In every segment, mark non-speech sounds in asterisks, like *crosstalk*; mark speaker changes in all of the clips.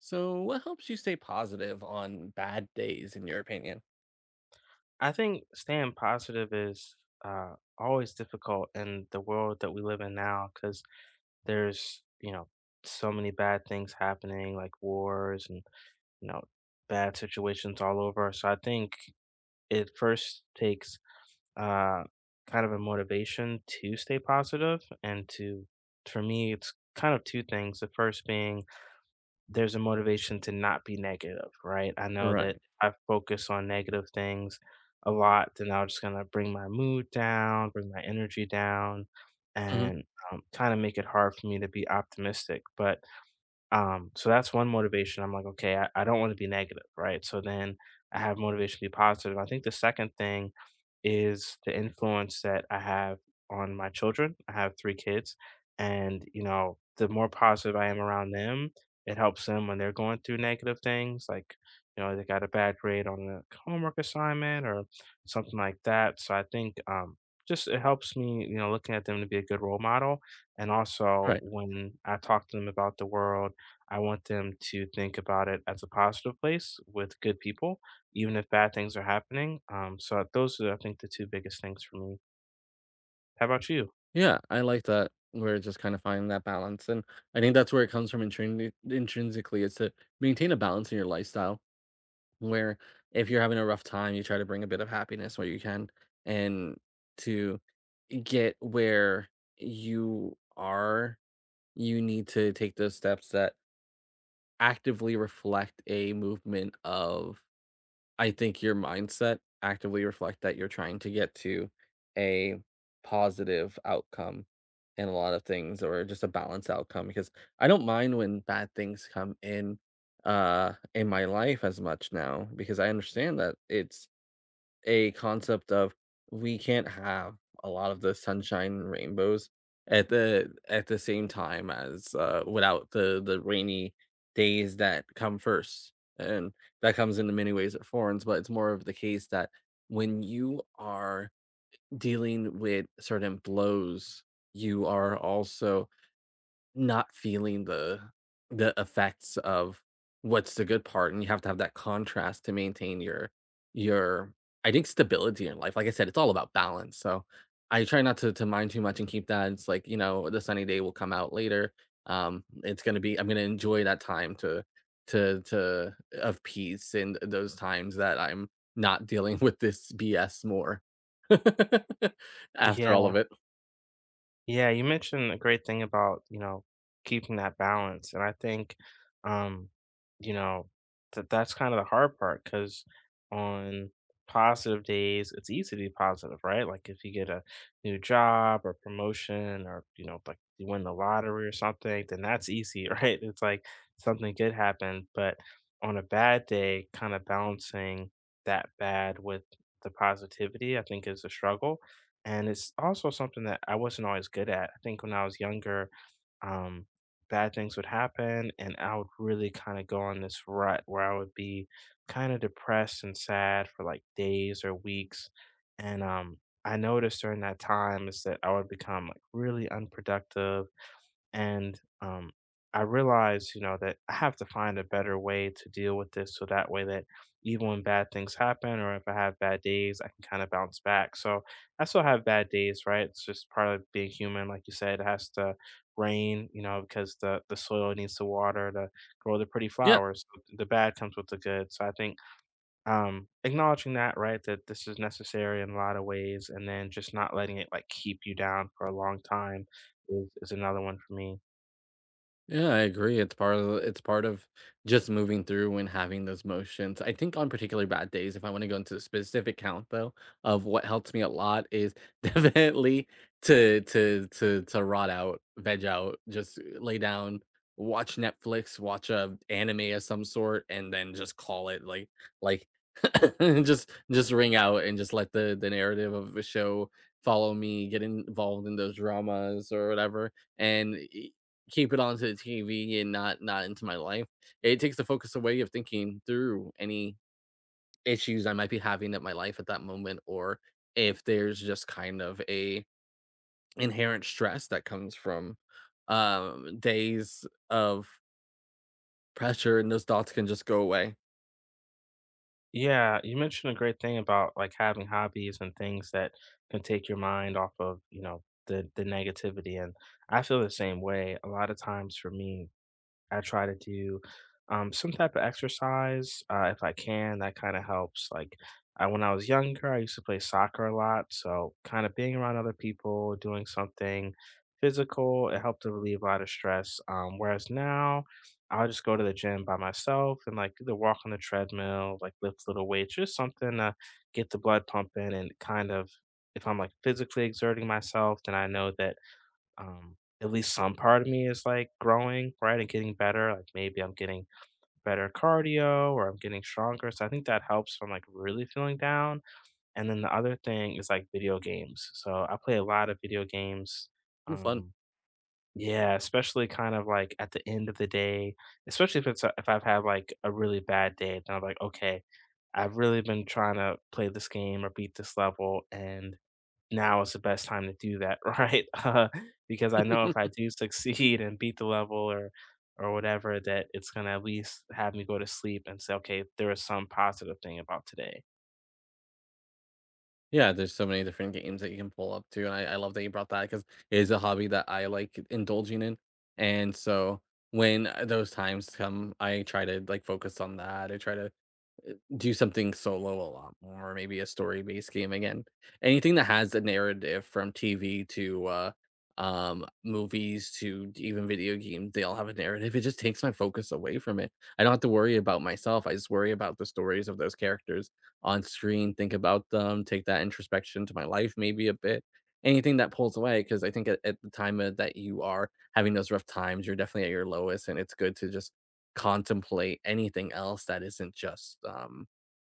Speaker 1: So, what helps you stay positive on bad days, in your opinion?
Speaker 2: I think staying positive is always difficult in the world that we live in now because there's, you know, so many bad things happening, like wars and, you know, bad situations all over. So I think it first takes uh, kind of a motivation to stay positive and to, for me, it's kind of two things. The first being there's a motivation to not be negative, right? I know that if
Speaker 1: Right.
Speaker 2: I focus on negative things a lot, then I'm just gonna bring my mood down, bring my energy down,
Speaker 1: Hmm.
Speaker 2: and kind of make it hard for me to be optimistic. But so that's one motivation. I'm like, okay, I don't want to be negative, right? So then I have motivation to be positive. I think the second thing is the influence that I have on my children. I have three kids, and you know, the more positive I am around them, it helps them when they're going through negative things, like you know, they got a bad grade on a homework assignment or something like that. So I think just it helps me, you know, looking at them to be a good role model, and also
Speaker 1: Right.
Speaker 2: when I talk to them about the world I want them to think about it as a positive place with good people, even if bad things are happening. So those are, I think, the two biggest things for me. How about you?
Speaker 1: Yeah, I like that. We're just kind of finding that balance, and I think that's where it comes from intrinsically. Is to maintain a balance in your lifestyle, where if you're having a rough time, you try to bring a bit of happiness where you can, and to get where you are, you need to take those steps that actively reflect a movement of I think your mindset actively reflect that you're trying to get to a positive outcome in a lot of things or just a balanced outcome because I don't mind when bad things come in my life as much now because I understand that it's a concept of we can't have a lot of the sunshine and rainbows at the same time as, without the rainy days that come first, and that comes in many ways or forms, but it's more of the case that when you are dealing with certain blows, you are also not feeling the effects of what's the good part, and you have to have that contrast to maintain your I think stability in life. Like I said, it's all about balance, so I try not to to mind too much and keep that. It's like, you know, the sunny day will come out later. It's gonna be I'm gonna enjoy that time to to of peace and those times that I'm not dealing *laughs* with this BS more *laughs* after all
Speaker 2: Yeah,
Speaker 1: of it.
Speaker 2: Yeah, you mentioned a great thing about, you know, keeping that balance. And I think, um, you know, that's kind of the hard part because on positive days, it's easy to be positive, right? Like if you get a new job or promotion or, you know, like you win the lottery or something, then that's easy, *laughs* right? It's like something good happened. But on a bad day, kind of balancing that bad with the positivity, I think is a struggle and it's also something that I wasn't always good at. I think when I was younger, um, bad things would happen, and I would really kind of go on this rut where I would be kind of depressed and sad for like days or weeks. And I noticed during that time is that I would become like really unproductive and I realized, you know, that I have to find a better way to deal with this so that way that even when bad things happen or if I have bad days, I can kind of bounce back. So I still have bad days, right? It's just part of being human. Like you said, it has to rain, you know, because the soil needs to water to grow the pretty
Speaker 1: Yeah.
Speaker 2: flowers. So the bad comes with the good. So I think acknowledging that, right, that this is necessary in a lot of ways and then just not letting it like keep you down for a long time is another one for me.
Speaker 1: Yeah, I agree. It's part of just moving through and having those motions. I think on particularly bad days, if I want to go into a specific count though, of what helps me a lot is *laughs* definitely to rot out, veg out, just lay down, watch Netflix, watch a anime of some sort, and then just call it like *laughs* just ring out and just let the narrative of the show follow me, get involved in those dramas or whatever and keep it onto the TV and not into my life. It takes the focus away of thinking through any issues I might be having at my life at that moment, or if there's just kind of a inherent stress that comes from days of pressure, and those thoughts can just go away.
Speaker 2: Yeah, you mentioned a great thing about like having hobbies and things that can take your mind off of, you know, the negativity. And I feel the same way. A lot of times for me, I try to do some type of exercise if I can. That kind of helps. Like I, when I was younger, I used to play soccer a lot. So kind of being around other people, doing something physical, it helped to relieve a lot of stress. Whereas now, I'll just go to the gym by myself and like do the walk on the treadmill, like lift little weights, just something to get the blood pumping and kind of. If I'm like physically exerting myself, then I know that at least some part of me is like growing, right? And getting better. Like maybe I'm getting better cardio or I'm getting stronger. So I think that helps from like really feeling down. And then the other thing is like video games. So I play a lot of video games.
Speaker 1: It's fun.
Speaker 2: Um, yeah, especially kind of like at the end of the day, especially if it's a, if I've had like a really bad day, then I'm like, okay, I've really been trying to play this game or beat this level, and now is the best time to do that, *laughs* right? Because I know if I
Speaker 1: *laughs*
Speaker 2: do succeed and beat the level or whatever, that it's gonna at least have me go to sleep and say, okay, there was some positive thing about today.
Speaker 1: Yeah, there's so many different games that you can pull up to, and I love that you brought that because it is a hobby that I like indulging in, and so when those times come, I try to like focus on that. I try to do something solo a lot more, or maybe a story-based game again. Anything that has a narrative from TV to, movies to even video games, they all have a narrative. It just takes my focus away from it. I don't have to worry about myself, I just worry about the stories of those characters on screen, think about them, take that introspection to my life maybe a bit. Anything that pulls away, because I think at the time of that you are having those rough times, you're definitely at your lowest, and it's good to just contemplate anything else that isn't just,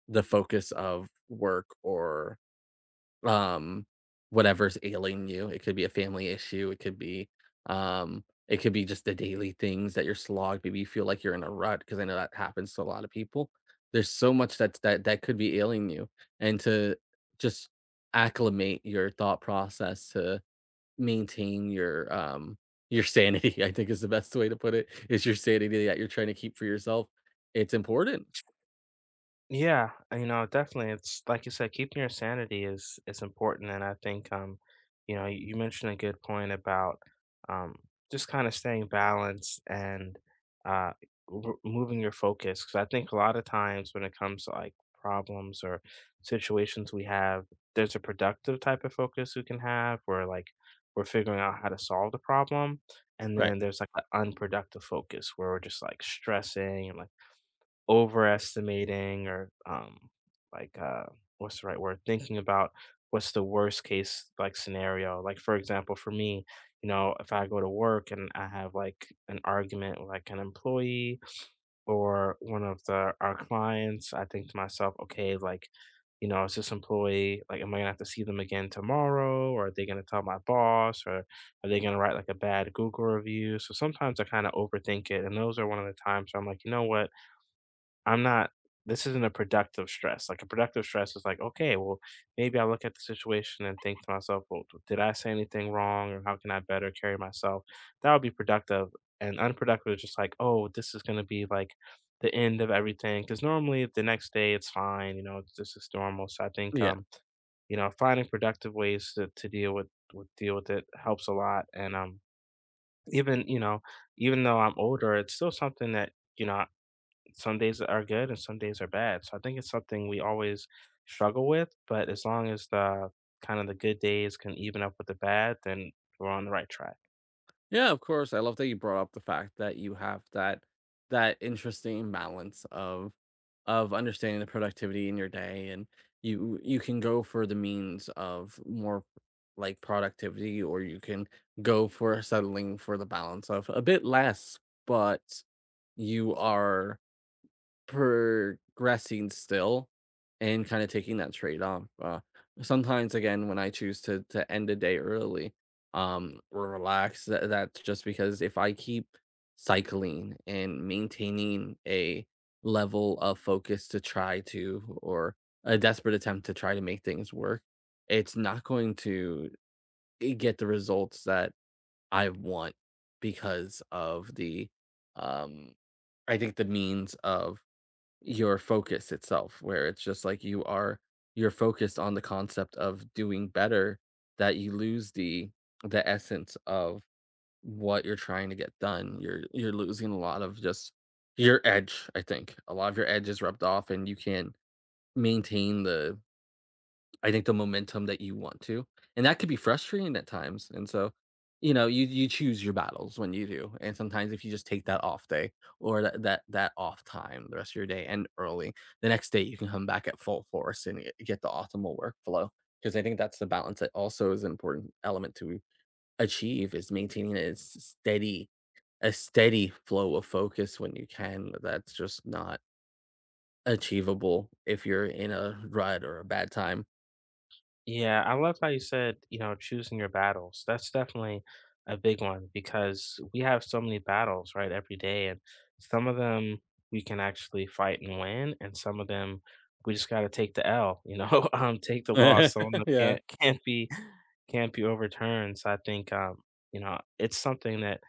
Speaker 1: the focus of work or um whatever's ailing you. It could be a family issue, it could be just the daily things that you're slogged. Maybe you feel like you're in a rut because I know that happens to a lot of people. There's so much that that could be ailing you. And to just acclimate your thought process to maintain your sanity, *laughs* I think is the best way to put it, is your sanity that you're trying to keep for yourself. It's important.
Speaker 2: Yeah, you know, definitely. It's like you said, keeping your sanity is important, and I think you know, you mentioned a good point about um, just kind of staying balanced and uh, moving your focus. Because I think a lot of times when it comes to like problems or situations we have, there's a productive type of focus we can have, where like we're figuring out how to solve the problem, and
Speaker 1: Right.
Speaker 2: then there's like an unproductive focus where we're just like stressing and like overestimating or, like, what's the right word? Thinking about what's the worst case, like, scenario. Like, for example, for me, you know, if I go to work and I have, like, an argument with, like, an employee or one of the our clients, I think to myself, "Okay, like, you know, is this employee like, am I gonna have to see them again tomorrow, or are they gonna tell my boss, or are they gonna write, like, a bad Google review?" So sometimes I kinda overthink it, and those are one of the times where I'm like, "You know what? I'm not this isn't a productive stress. Like a productive stress is like, okay, well, maybe I look at the situation and think to myself, well, did I say anything wrong or how can I better carry myself? That would be productive. And unproductive is just like, oh, this is going to be like the end of everything. Cause normally the next day it's fine, you know, it's just it's normal. So I think,
Speaker 1: Yeah.
Speaker 2: you know, finding productive ways to deal with, deal with it helps a lot. And, even, you know, even though I'm older, it's still something that, you know, some days are good and some days are bad. So I think it's something we always struggle with, but as long as the kind of the good days can even up with the bad, then we're on the right track.
Speaker 1: Yeah, of course. I love that you brought up the fact that you have that interesting balance of understanding the productivity in your day and you can go for the means of more like productivity or you can go for settling for the balance of a bit less, but you are progressing still and kinda taking that trade-off, sometimes, again, when I choose to end a day early, or relax, that's just because if I keep cycling and maintaining a level of focus to try to or a desperate attempt to try to make things work, it's not going to, get the results that I want because of the, um I think the means of your focus itself, where it's just like you are you're focused on the concept of doing better that you lose the essence of what you're trying to get done. You're losing a lot of just your edge, I think. A lot of your edge is rubbed off and you can't maintain the I think the momentum that you want to, and that could be frustrating at times. And so, you know, you choose your battles when you do. And sometimes if you just take that off day or that off time the rest of your day and early, the next day you can come back at full force and get the optimal workflow. Because I think that's the balance that also is an important element to achieve is maintaining a steady a steady flow of focus when you can. That's just not achievable if you're in a rut or a bad time.
Speaker 2: Yeah, I love how you said, you know, choosing your battles. That's definitely a big one because we have so many battles, right, every day. And some of them we can actually fight and win, and some of them we just got to take the L, you know, *laughs* take the loss. Some of them
Speaker 1: *laughs* Yeah.
Speaker 2: can't be overturned. So I think you know, it's something that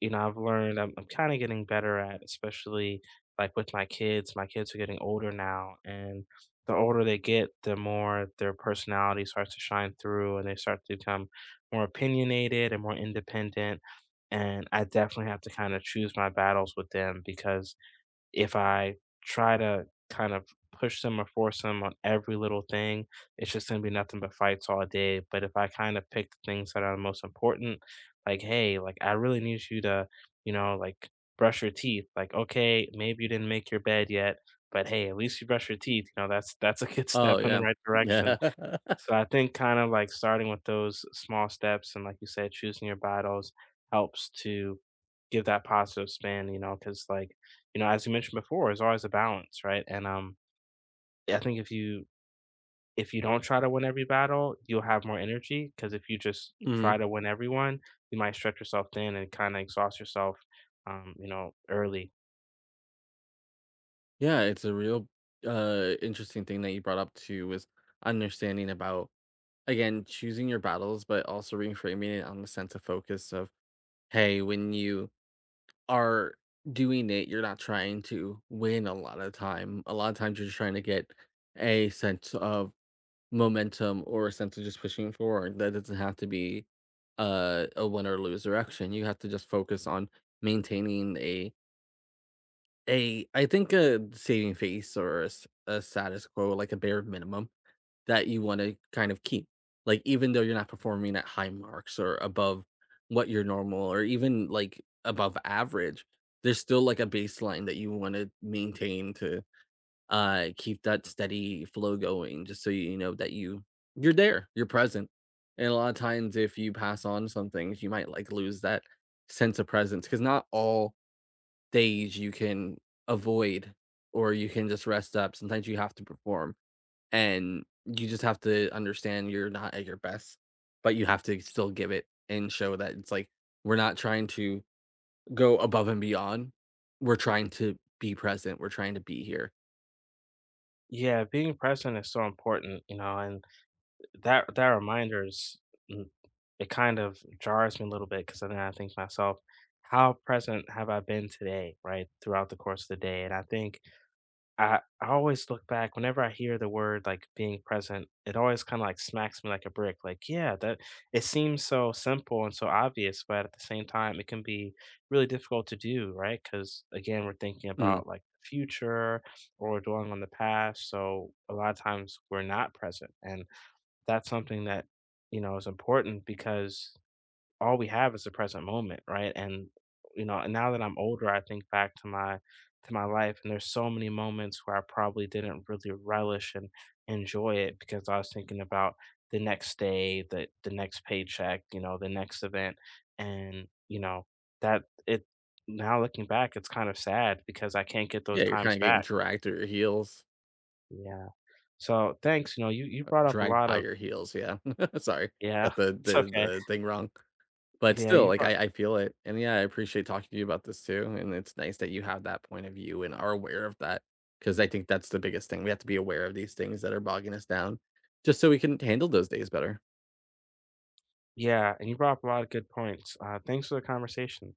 Speaker 2: you know, I've learned I'm kind of getting better at, especially like with my kids. My kids are getting older now, and the older they get, the more their personality starts to shine through and they start to become more opinionated and more independent. And I definitely have to kind of choose my battles with them because if I try to kind of push them or force them on every little thing, it's just gonna be nothing but fights all day. But if I kind of pick the things that are most important, like, hey, like I really need you to, you know, like brush your teeth. Like, okay, maybe you didn't make your bed yet, but hey, at least you brush your teeth. You know, that's a good *laughs*
Speaker 1: Oh,
Speaker 2: step in the
Speaker 1: yeah.
Speaker 2: right direction.
Speaker 1: Yeah. *laughs*
Speaker 2: So I think kind of like starting with those small steps and like you said, choosing your battles helps to give that positive spin, you know, because like, you know, as you mentioned before, it's always a balance, right? And I think if you don't try to win every battle, you'll have more energy because if you just
Speaker 1: Mhm.
Speaker 2: try to win everyone, you might stretch yourself thin and kind of exhaust yourself you know, early.
Speaker 1: Yeah, it's a real, interesting thing that you brought up too was understanding about, again, choosing your battles, but also reframing it on the sense of focus of, hey, when you are doing it, you're not trying to win a lot of time. A lot of times you're just trying to get a sense of momentum or a sense of just pushing forward. That doesn't have to be a win or lose direction. You have to just focus on maintaining a A I think a saving face or a s a status quo, like a bare minimum that you wanna kind of keep. Like, even though you're not performing at high marks or above what your normal or even, like, above average, there's still, like, a baseline that you wanna maintain to, keep that steady flow going just so you know that you're there, you're present. And a lot of times, if you pass on some things, you might, like, lose that sense of presence because not all days you can avoid or you can just rest up. Sometimes you have to perform and you just have to understand you're not at your best, but you have to still give it and show that it's like we're not trying to go above and beyond. We're trying to be present. We're trying to be here.
Speaker 2: Yeah, being present is so important, you know, and that reminder is mm, it kind of jars me a little bit because then I think to myself, how present have I been today, right? Throughout the course of the day. And I think I always look back whenever I hear the word like being present, it always kind of like smacks me like a brick. Like, yeah, that it seems so simple and so obvious, but at the same time, it can be really difficult to do, right? Because again, we're thinking
Speaker 1: Mm.
Speaker 2: about like the future or dwelling on the past. So a lot of times we're not present. And that's something that, you know, is important because all we have is the present moment, right? And you know, and now that I'm older, I think back to my life and there's so many moments where I probably didn't really relish and enjoy it because I was thinking about the next day, the next paycheck, you know, the next event and, you know, that it now looking back, it's kind of sad because I can't get those
Speaker 1: Yeah, you're kind
Speaker 2: times
Speaker 1: of getting
Speaker 2: back.
Speaker 1: dragged through your heels,
Speaker 2: Yeah. So, thanks, you know, you brought up a
Speaker 1: dragged
Speaker 2: lot
Speaker 1: by
Speaker 2: of
Speaker 1: your heels. Yeah. *laughs* Sorry.
Speaker 2: yeah,
Speaker 1: Got
Speaker 2: *laughs*
Speaker 1: the,
Speaker 2: it's okay.
Speaker 1: the thing wrong. But
Speaker 2: Yeah,
Speaker 1: still,
Speaker 2: you
Speaker 1: like,
Speaker 2: brought
Speaker 1: I feel it, and yeah, I appreciate talking to you about this too, and it's nice that you have that point of view and are aware of that, because I think that's the biggest thing. We have to be aware of these things that are bogging us down just so we can handle those days better.
Speaker 2: Yeah, and you brought up a lot of good points. Thanks for the conversation.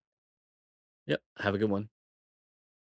Speaker 1: Yep, have a good one.